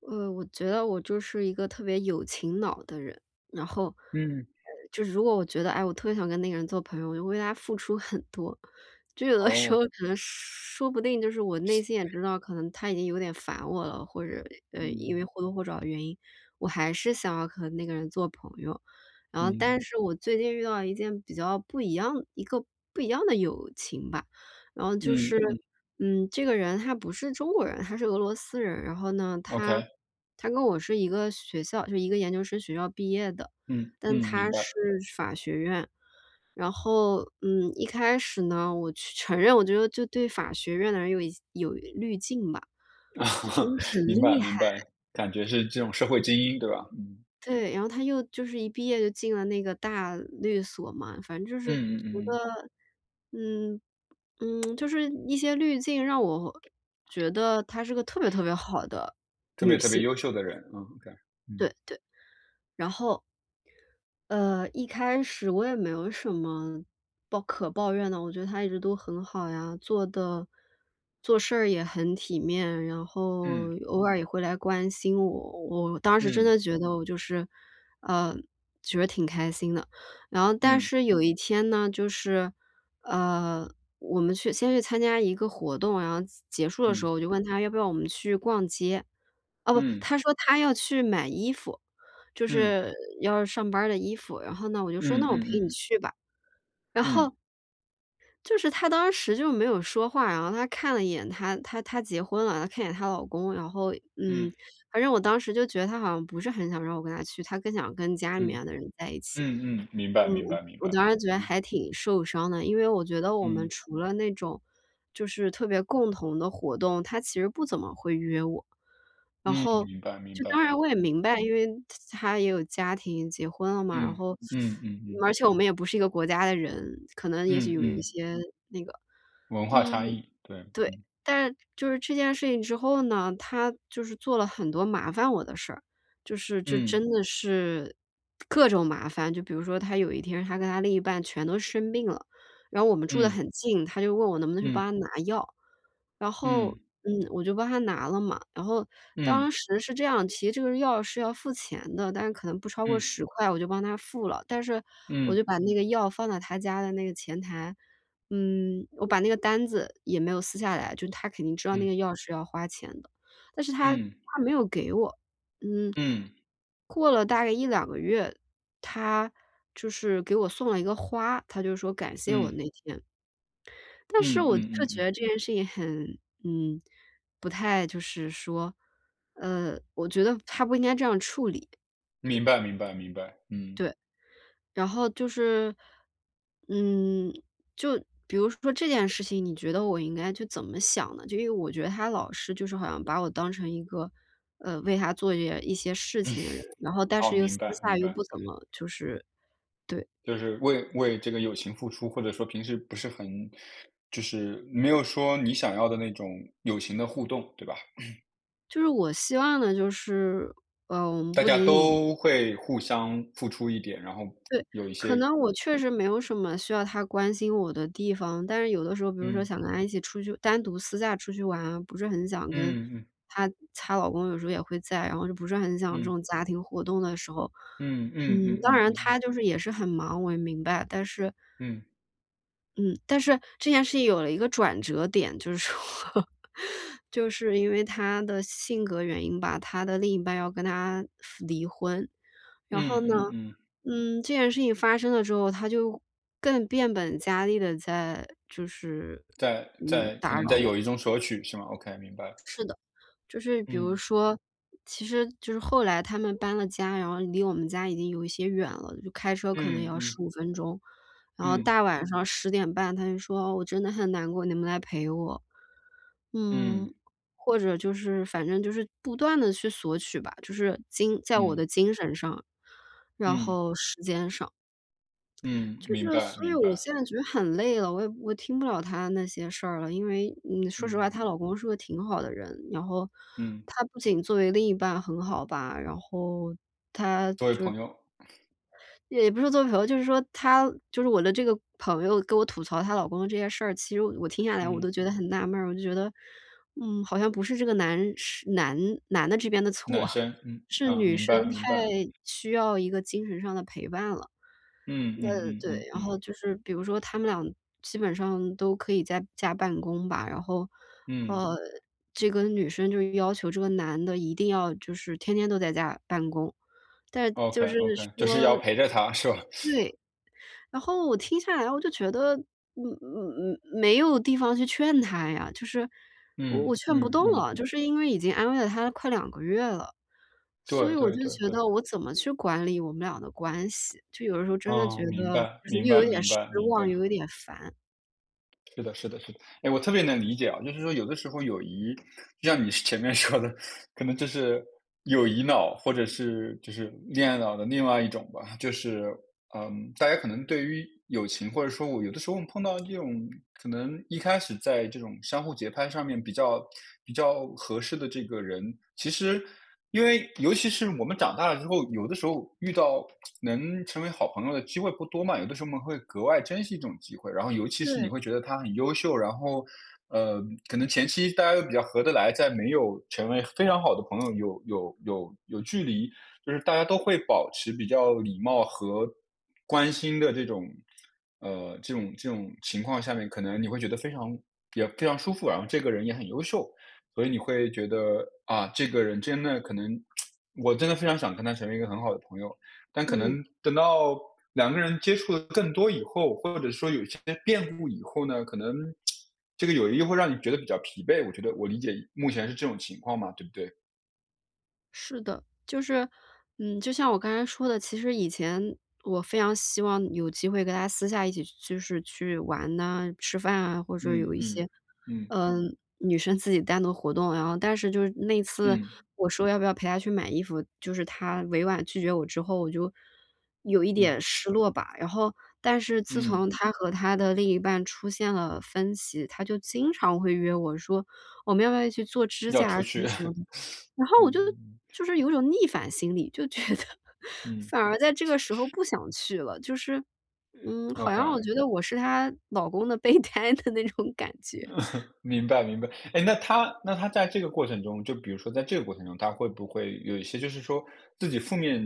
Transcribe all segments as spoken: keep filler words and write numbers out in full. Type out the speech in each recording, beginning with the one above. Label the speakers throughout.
Speaker 1: 呃，我觉得我就是一个特别有情脑的人，然后，呃，
Speaker 2: 嗯，
Speaker 1: 就是如果我觉得，哎，我特别想跟那个人做朋友，我就为他付出很多。就有的时
Speaker 2: 哦，
Speaker 1: 候可能说不定就是我内心也知道，可能他已经有点烦我了，或者呃，因
Speaker 2: 嗯，
Speaker 1: 为或多或少的原因，我还是想要和那个人做朋友。然后，
Speaker 2: 嗯，
Speaker 1: 但是我最近遇到一件比较不一样，一个不一样的友情吧，然后就
Speaker 2: 嗯
Speaker 1: 是，
Speaker 2: 嗯
Speaker 1: 嗯，这个人他不是中国人，他是俄罗斯人。然后呢，
Speaker 2: ，OK，
Speaker 1: 他他跟我是一个学校就一个研究生学校毕业的，
Speaker 2: 嗯，
Speaker 1: 但
Speaker 2: 嗯，明
Speaker 1: 他
Speaker 2: 白，
Speaker 1: 是法学院。然后，嗯，一开始呢，我去承认，我觉得就对法学院的人有一有滤镜吧，就觉得 很
Speaker 2: 明白
Speaker 1: 厉害。
Speaker 2: 明白，感觉是这种社会精英，对吧？嗯，
Speaker 1: 对，然后他又就是一毕业就进了那个大律所嘛，反正就
Speaker 2: 嗯
Speaker 1: 是觉
Speaker 2: 嗯嗯，
Speaker 1: 得，嗯，嗯，就是一些滤镜让我觉得他是个特别特别好的。
Speaker 2: 特别特别优秀的人，嗯，OK，嗯，
Speaker 1: 对对，然后呃，一开始我也没有什么抱可抱怨的，我觉得他一直都很好呀，做的做事儿也很体面，然
Speaker 2: 嗯
Speaker 1: 后偶尔也会来关心我。我当时真
Speaker 2: 嗯
Speaker 1: 的觉得我就是，呃，觉得挺开心的。然后但
Speaker 2: 嗯
Speaker 1: 是有一天呢，就是，呃，我们去先去参加一个活动，然后结束的时
Speaker 2: 嗯
Speaker 1: 候，我就问他要不要我们去逛街。哦，不，
Speaker 2: 嗯
Speaker 1: 他说他要去买衣服。就
Speaker 2: 嗯
Speaker 1: 是要上班儿的衣服，然后呢，我就说：
Speaker 2: 嗯
Speaker 1: “那我
Speaker 2: 嗯
Speaker 1: 陪你
Speaker 2: 嗯
Speaker 1: 去吧。"然后
Speaker 2: 嗯
Speaker 1: 就是她当时就没有说话，然后她看了一眼她她她结婚了，她看一眼她老公，然后，嗯，
Speaker 2: 嗯
Speaker 1: 反正我当时就觉得她好像不是很想让我跟她去，她更想跟家里面的人在一起。
Speaker 2: 嗯嗯，明白明白明
Speaker 1: 我
Speaker 2: 白，
Speaker 1: 当时觉得
Speaker 2: 嗯
Speaker 1: 还挺受伤的，因为我觉得我们
Speaker 2: 嗯
Speaker 1: 除了那种就是特别共同的活动，他其实不怎么会约我。然
Speaker 2: 嗯，
Speaker 1: 后
Speaker 2: 明白明
Speaker 1: 就
Speaker 2: 白，
Speaker 1: 当然我也
Speaker 2: 嗯
Speaker 1: 明白，因为他也有家庭，结婚了嘛，然
Speaker 2: 嗯
Speaker 1: 后
Speaker 2: 嗯嗯嗯
Speaker 1: 而且我们也不是一个国家的人，可能也许
Speaker 2: 嗯
Speaker 1: 有一
Speaker 2: 嗯，
Speaker 1: 些那个
Speaker 2: 文化
Speaker 1: 嗯。
Speaker 2: 差异，对，
Speaker 1: 对，
Speaker 2: 嗯
Speaker 1: 但是就是这件事情之后呢，他就是做了很多麻烦我的事儿，就是就真
Speaker 2: 嗯
Speaker 1: 的是各种麻烦。就比如说他有一天，他跟他另一半全都生病了，然后我们住得
Speaker 2: 嗯
Speaker 1: 很近，他就问我能不能去帮
Speaker 2: 嗯
Speaker 1: 他拿药，然后，
Speaker 2: 嗯。
Speaker 1: 嗯，我就帮他拿了嘛。然后
Speaker 2: 嗯
Speaker 1: 当时是这样，其实这个药是要付钱的，但是可能不超过
Speaker 2: 嗯
Speaker 1: 十块，我就帮他付了。但是我
Speaker 2: 嗯
Speaker 1: 就把那个药放在他家的那个前台。嗯，我把那个单子也没有撕下来，就他肯定知道那
Speaker 2: 嗯
Speaker 1: 个药是要花钱的，但是他
Speaker 2: 嗯
Speaker 1: 他没有给我。嗯，
Speaker 2: 嗯嗯
Speaker 1: 过了大概一两个月，他就是给我送了一个花，他就说感谢我那天，但是
Speaker 2: 嗯
Speaker 1: 我
Speaker 2: 嗯
Speaker 1: 却
Speaker 2: 嗯
Speaker 1: 觉
Speaker 2: 嗯，
Speaker 1: 得这件事情很嗯，不太就是说，呃，我觉得他不应该这样处理，
Speaker 2: 明白明白明白，嗯
Speaker 1: 对。然后就是，嗯，就比如说这件事情，你觉得我应该去怎么想呢？就因为我觉得他老是就是好像把我当成一个，呃，为他做些一些事
Speaker 2: 嗯，
Speaker 1: 情的人，然后但
Speaker 2: 哦，
Speaker 1: 是又
Speaker 2: 明
Speaker 1: 私
Speaker 2: 白
Speaker 1: 下
Speaker 2: 明
Speaker 1: 又
Speaker 2: 白，
Speaker 1: 不怎么就是。对，
Speaker 2: 就是为为这个友情付出，或者说平时不是很，就是没有说你想要的那种友情的互动，对吧？
Speaker 1: 就是我希望呢，就是，呃，我们
Speaker 2: 大
Speaker 1: 不
Speaker 2: 家
Speaker 1: 仅仅。
Speaker 2: 都会互相付出一点，然后
Speaker 1: 对，
Speaker 2: 有一
Speaker 1: 可
Speaker 2: 些，
Speaker 1: 能我确实没有什么需要他关心我的地方，但是有的时候，比如说
Speaker 2: 嗯
Speaker 1: 想跟他一起出去单独私下出去玩啊，不是很想跟
Speaker 2: 嗯嗯
Speaker 1: 她她老公有时候也会在，然后就不是很想这
Speaker 2: 嗯
Speaker 1: 种家庭活动的时候，
Speaker 2: 嗯嗯
Speaker 1: 嗯，
Speaker 2: 嗯
Speaker 1: 当
Speaker 2: 嗯
Speaker 1: 然
Speaker 2: 嗯
Speaker 1: 他就是也是很忙，我也明白，但是
Speaker 2: 嗯
Speaker 1: 嗯，但是这件事情有了一个转折点，就是说 就是因为他的性格原因吧，他的另一半要跟他离婚，
Speaker 2: 嗯
Speaker 1: 然后呢
Speaker 2: 嗯嗯，
Speaker 1: 嗯，这件事情发生了之后，他就更变本加厉的在就是，
Speaker 2: 在
Speaker 1: 嗯，
Speaker 2: 在
Speaker 1: 打
Speaker 2: 可能在
Speaker 1: 扰
Speaker 2: 友
Speaker 1: 我。
Speaker 2: 谊中索取是吗？OK，明白，
Speaker 1: 是的，就是比如
Speaker 2: 嗯。
Speaker 1: 说其实就是后来他们搬了家，然后离我们家已经有一些远了，就开车可能也
Speaker 2: 嗯
Speaker 1: 要
Speaker 2: 嗯
Speaker 1: 十五分钟。然后
Speaker 2: 嗯
Speaker 1: 大晚上十点半，他就说："哦我真的很难过，你们来陪我。"
Speaker 2: 嗯
Speaker 1: 嗯，或者就是反正就是不断的去索取吧，就是精在我
Speaker 2: 嗯
Speaker 1: 的精神上，然
Speaker 2: 嗯
Speaker 1: 后时间上。
Speaker 2: 嗯，
Speaker 1: 就
Speaker 2: 明
Speaker 1: 是，
Speaker 2: 白
Speaker 1: 所以
Speaker 2: 明
Speaker 1: 我
Speaker 2: 白，
Speaker 1: 现在觉得很累了，我也我听不了她那些事儿了。因为，嗯，说实话，
Speaker 2: 嗯
Speaker 1: 她老公是个挺好的人，然后
Speaker 2: 嗯，
Speaker 1: 他不仅作为另一半很好吧，然后他
Speaker 2: 作为朋友，
Speaker 1: 也不是作为朋友，就是说她就是我的这个朋友跟我吐槽她老公的这些事儿，其实我听下来我
Speaker 2: 嗯，
Speaker 1: 都觉得很纳闷儿，我就觉得，嗯，好像不是这个男是男男的这边的错，
Speaker 2: 男 生，嗯
Speaker 1: 是
Speaker 2: 啊，
Speaker 1: 女
Speaker 2: 明
Speaker 1: 生
Speaker 2: 白明
Speaker 1: 太
Speaker 2: 白，
Speaker 1: 需要一个精神上的陪伴了。
Speaker 2: 嗯嗯
Speaker 1: 呃，
Speaker 2: 嗯嗯
Speaker 1: 对，然后
Speaker 2: 嗯
Speaker 1: 就是比如说他们俩基本上都可以在家办公吧，然后，
Speaker 2: 嗯
Speaker 1: 呃，这个女生就要求这个男的一定要就是天天都在家办公，但是
Speaker 2: ，OK
Speaker 1: 就是
Speaker 2: OK，就是要
Speaker 1: 说。
Speaker 2: 陪着他是吧？
Speaker 1: 对，然后我听下来我就觉得，嗯嗯嗯，没有地方去劝他呀，就是我
Speaker 2: 嗯
Speaker 1: 我劝不
Speaker 2: 嗯
Speaker 1: 动
Speaker 2: 嗯，
Speaker 1: 了，就是因为已经安慰了他快两个月了。所
Speaker 2: 对
Speaker 1: 以我
Speaker 2: 对
Speaker 1: 就
Speaker 2: 对
Speaker 1: 觉
Speaker 2: 对，
Speaker 1: 得我怎么去管理我们俩的关系，就有的时候真的
Speaker 2: 哦，
Speaker 1: 觉
Speaker 2: 明
Speaker 1: 得
Speaker 2: 白
Speaker 1: 就是
Speaker 2: 明
Speaker 1: 又有
Speaker 2: 白
Speaker 1: 点
Speaker 2: 明
Speaker 1: 失
Speaker 2: 白明
Speaker 1: 望，
Speaker 2: 白。
Speaker 1: 又有点烦。
Speaker 2: 是的，是的，是的。哎，我特别能理解啊，就是说有的时候友谊，就像你前面说的，可能就是友谊脑或者是就是恋爱脑的另外一种吧。就是，嗯，大家可能对于友情，或者说我有的时候我们碰到这种可能一开始在这种相互节拍上面比较比较合适的这个人，其实。因为尤其是我们长大了之后，有的时候遇到能成为好朋友的机会不多嘛，有的时候我们会格外珍惜这种机会。然后尤其是你
Speaker 1: 对。
Speaker 2: 会觉得他很优秀，然后，呃，可能前期大家又比较合得来，在没有成为非常好的朋友，有有有有距离，就是大家都会保持比较礼貌和关心的这种，呃，这种这种情况下面，可能你会觉得非常也非常舒服，然后这个人也很优秀。所以你会觉得，啊，这个人真的可能我真的非常想跟他成为一个很好的朋友，但可
Speaker 1: 嗯。
Speaker 2: 能等到两个人接触的更多以后，或者说有一些变故以后呢，可能这个友谊会让你觉得比较疲惫，我觉得我理解目前是这种情况嘛，对不对？
Speaker 1: 是的，就是，嗯，就像我刚才说的，其实以前我非常希望有机会跟他私下一起就是去玩呐、吃饭啊，或者
Speaker 2: 嗯
Speaker 1: 有一
Speaker 2: 嗯，
Speaker 1: 些，
Speaker 2: 嗯
Speaker 1: 嗯，女生自己单独活动。然后但是就是那次
Speaker 2: 嗯
Speaker 1: 我说要不要陪她去买衣服，就是她委婉拒绝我之后，我就有一
Speaker 2: 嗯
Speaker 1: 点失落吧。然后但是自
Speaker 2: 嗯，
Speaker 1: 从她和她的另一半出现了分歧，她就经常会约我说我们要不要一起做指
Speaker 2: 要
Speaker 1: 甲
Speaker 2: 出
Speaker 1: 啊什
Speaker 2: 去，
Speaker 1: 么什么的。然后
Speaker 2: 嗯
Speaker 1: 我就
Speaker 2: 嗯
Speaker 1: 就是有一种逆反心理，就觉得
Speaker 2: 嗯
Speaker 1: 反而在这个时候不想去了，就是，嗯，好像我
Speaker 2: ，OK。
Speaker 1: 觉得我是她老公的备胎的那种感觉。
Speaker 2: 明白明白。哎，那他那他在这个过程中，就比如说在这个过程中，他会不会有一些就是说自己负面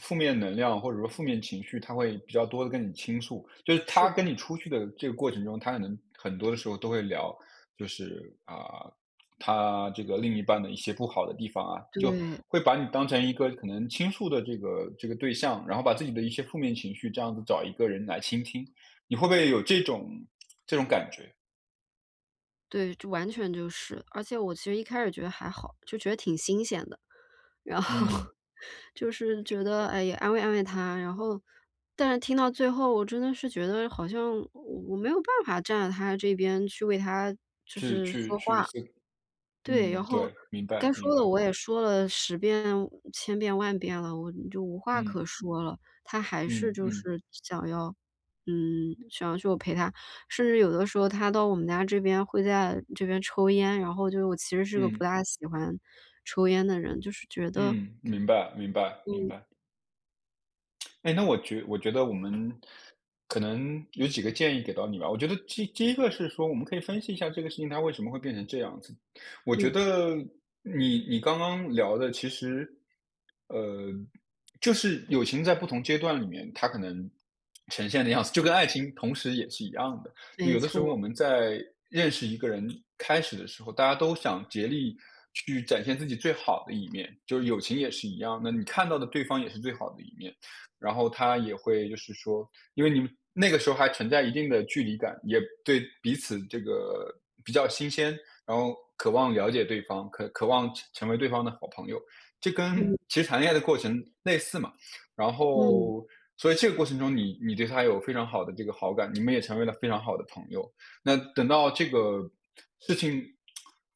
Speaker 2: 负面能量或者说负面情绪，他会比较多的跟你倾诉？就是
Speaker 1: 是
Speaker 2: 他
Speaker 1: 的。
Speaker 2: 跟你出去的这个过程中，他可能很多的时候都会聊，就是啊，他这个另一半的一些不好的地方啊，就
Speaker 1: 对，
Speaker 2: 会把你当成一个可能倾诉的这个这个对象，然后把自己的一些负面情绪这样子找一个人来倾听，你会不会有这种这种感觉？
Speaker 1: 对，就完全就是。而且我其实一开始觉得还好，就觉得挺新鲜的，然后
Speaker 2: 嗯。
Speaker 1: 就是觉得，哎，也安慰安慰她，然后但是听到最后，我真的是觉得好像我我没有办法站在她这边去为她就
Speaker 2: 去
Speaker 1: 是
Speaker 2: 去
Speaker 1: 说
Speaker 2: 去
Speaker 1: 话。
Speaker 2: 思
Speaker 1: 对，然
Speaker 2: 嗯，
Speaker 1: 后
Speaker 2: 对，明白
Speaker 1: 该
Speaker 2: 明
Speaker 1: 说的
Speaker 2: 白，
Speaker 1: 我也说了十遍、千遍、万遍了，我就无话
Speaker 2: 嗯，
Speaker 1: 可说了。他还是
Speaker 2: 嗯
Speaker 1: 就
Speaker 2: 嗯
Speaker 1: 是想要嗯，想要去我陪他。甚至有的时候他到我们家这边会在这边抽烟，然后就是我其实是个不
Speaker 2: 嗯
Speaker 1: 大喜欢抽烟的人，就是觉得
Speaker 2: 嗯，明白明白明
Speaker 1: 嗯，
Speaker 2: 白。哎，那我觉我觉得我们可能有几个建议给到你吧。我觉得第第一个是说，我们可以分析一下这个事情它为什么会变成这样子。我觉
Speaker 1: 嗯，
Speaker 2: 得你你刚刚聊的，其实呃，就是友情在不同阶段里面，它可能呈现的样子，就跟爱情同时也是一样的。有
Speaker 1: 没
Speaker 2: 的时候我
Speaker 1: 错，
Speaker 2: 们在认识一个人开始的时候，大家都想竭力去展现自己最好的一面，就是友情也是一样。那你看到的对方也是最好的一面。然后他也会就是说，因为你们那个时候还存在一定的距离感，也对彼此这个比较新鲜，然后渴望了解对方，渴渴望成成为对方的好朋友。这跟
Speaker 1: 嗯，
Speaker 2: 其实谈恋爱的过程类似嘛。然
Speaker 1: 嗯，
Speaker 2: 后，所以这个过程中你，你对他有非常好的这个好感，你们也成为了非常好的朋友。那等到这个事情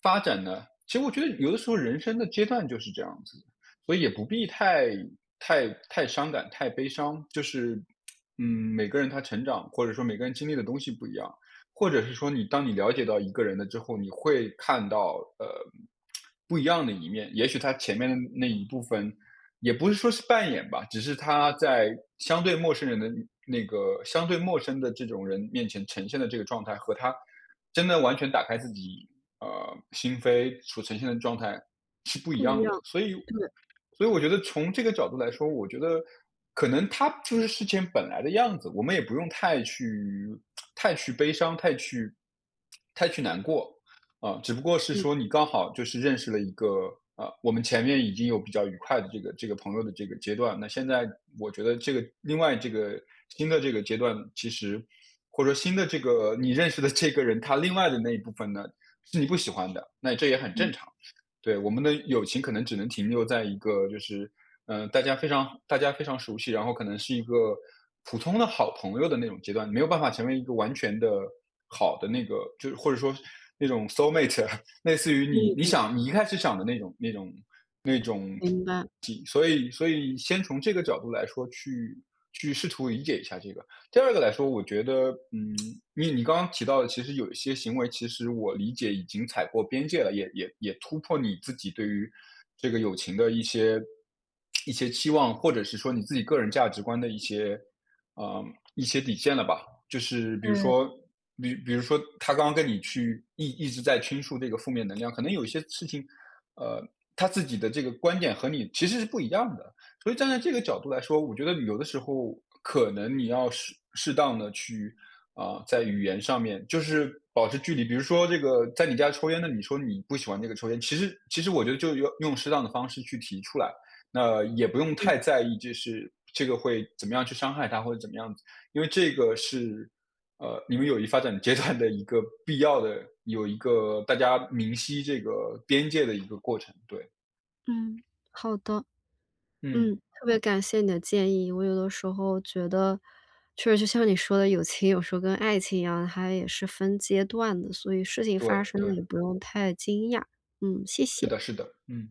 Speaker 2: 发展呢，其实我觉得有的时候人生的阶段就是这样子，所以也不必太太太伤感、太悲伤。就是，嗯，每个人他成长，或者说每个人经历的东西不一样，或者是说你当你了解到一个人了之后，你会看到呃不一样的一面。也许他前面的那一部分，也不是说是扮演吧，只是他在相对陌生人的那个相对陌生的这种人面前呈现的这个状态，和他真的完全打开自己呃，心扉所呈现的状态是不一
Speaker 1: 不一
Speaker 2: 样的。
Speaker 1: 样，
Speaker 2: 所以所以我觉得从这个角度来说，我觉得可能它就是事情本来的样子，我们也不用太去太去悲伤，太去太去难过，啊，呃只不过是
Speaker 1: 嗯，
Speaker 2: 说你刚好就是认识了一个啊，呃我们前面已经有比较愉快的这个这个朋友的这个阶段，那现在我觉得这个另外这个新的这个阶段，其实或者说新的这个你认识的这个人，他另外的那一部分呢，是你不喜欢的，那这也很正
Speaker 1: 嗯，
Speaker 2: 常。对，我们的友情可能只能停留在一个就是，呃，大家非常大家非常熟悉，然后可能是一个普通的好朋友的那种阶段，没有办法成为一个完全的好的那个，就是或者说那种 soul mate，类似于你你
Speaker 1: 嗯，
Speaker 2: 想你一开始想的那种那种
Speaker 1: 明白，
Speaker 2: 题所以所以先从这个角度来说去去试图理解一下这个。第二个来说，我觉得，嗯，你你刚刚提到的，其实有一些行为，其实我理解已经踩过边界了，也也也突破你自己对于这个友情的一些一些期望，或者是说你自己个人价值观的一些，嗯一些底线了吧？就是比如说，比比如说他刚刚跟你去一一直在倾诉这个负面能量，可能有些事情，呃，他自己的这个观点和你其实是不一样的。所以站在这个角度来说，我觉得有的时候可能你要适适当的去啊、呃在语言上面就是保持距离。比如说这个在你家抽烟的，你说你不喜欢这个抽烟，其实其实我觉得就要用适当的方式去提出来，那也不用
Speaker 1: 嗯，
Speaker 2: 太在意，就是这个会怎么样去伤害他或者怎么样因为这个是呃你们友谊发展阶段的一个必要的，有一个大家明晰这个边界的一个过程。对，
Speaker 1: 嗯，好的。
Speaker 2: 嗯，
Speaker 1: 嗯，特别感谢你的建议。我有的时候觉得，确实就像你说的，友情有时候跟爱情一样，它也是分阶段的，所以事情
Speaker 2: 对
Speaker 1: 发生
Speaker 2: 对，
Speaker 1: 了也不用太惊讶。嗯，谢
Speaker 2: 是
Speaker 1: 谢。
Speaker 2: 的，是的，嗯。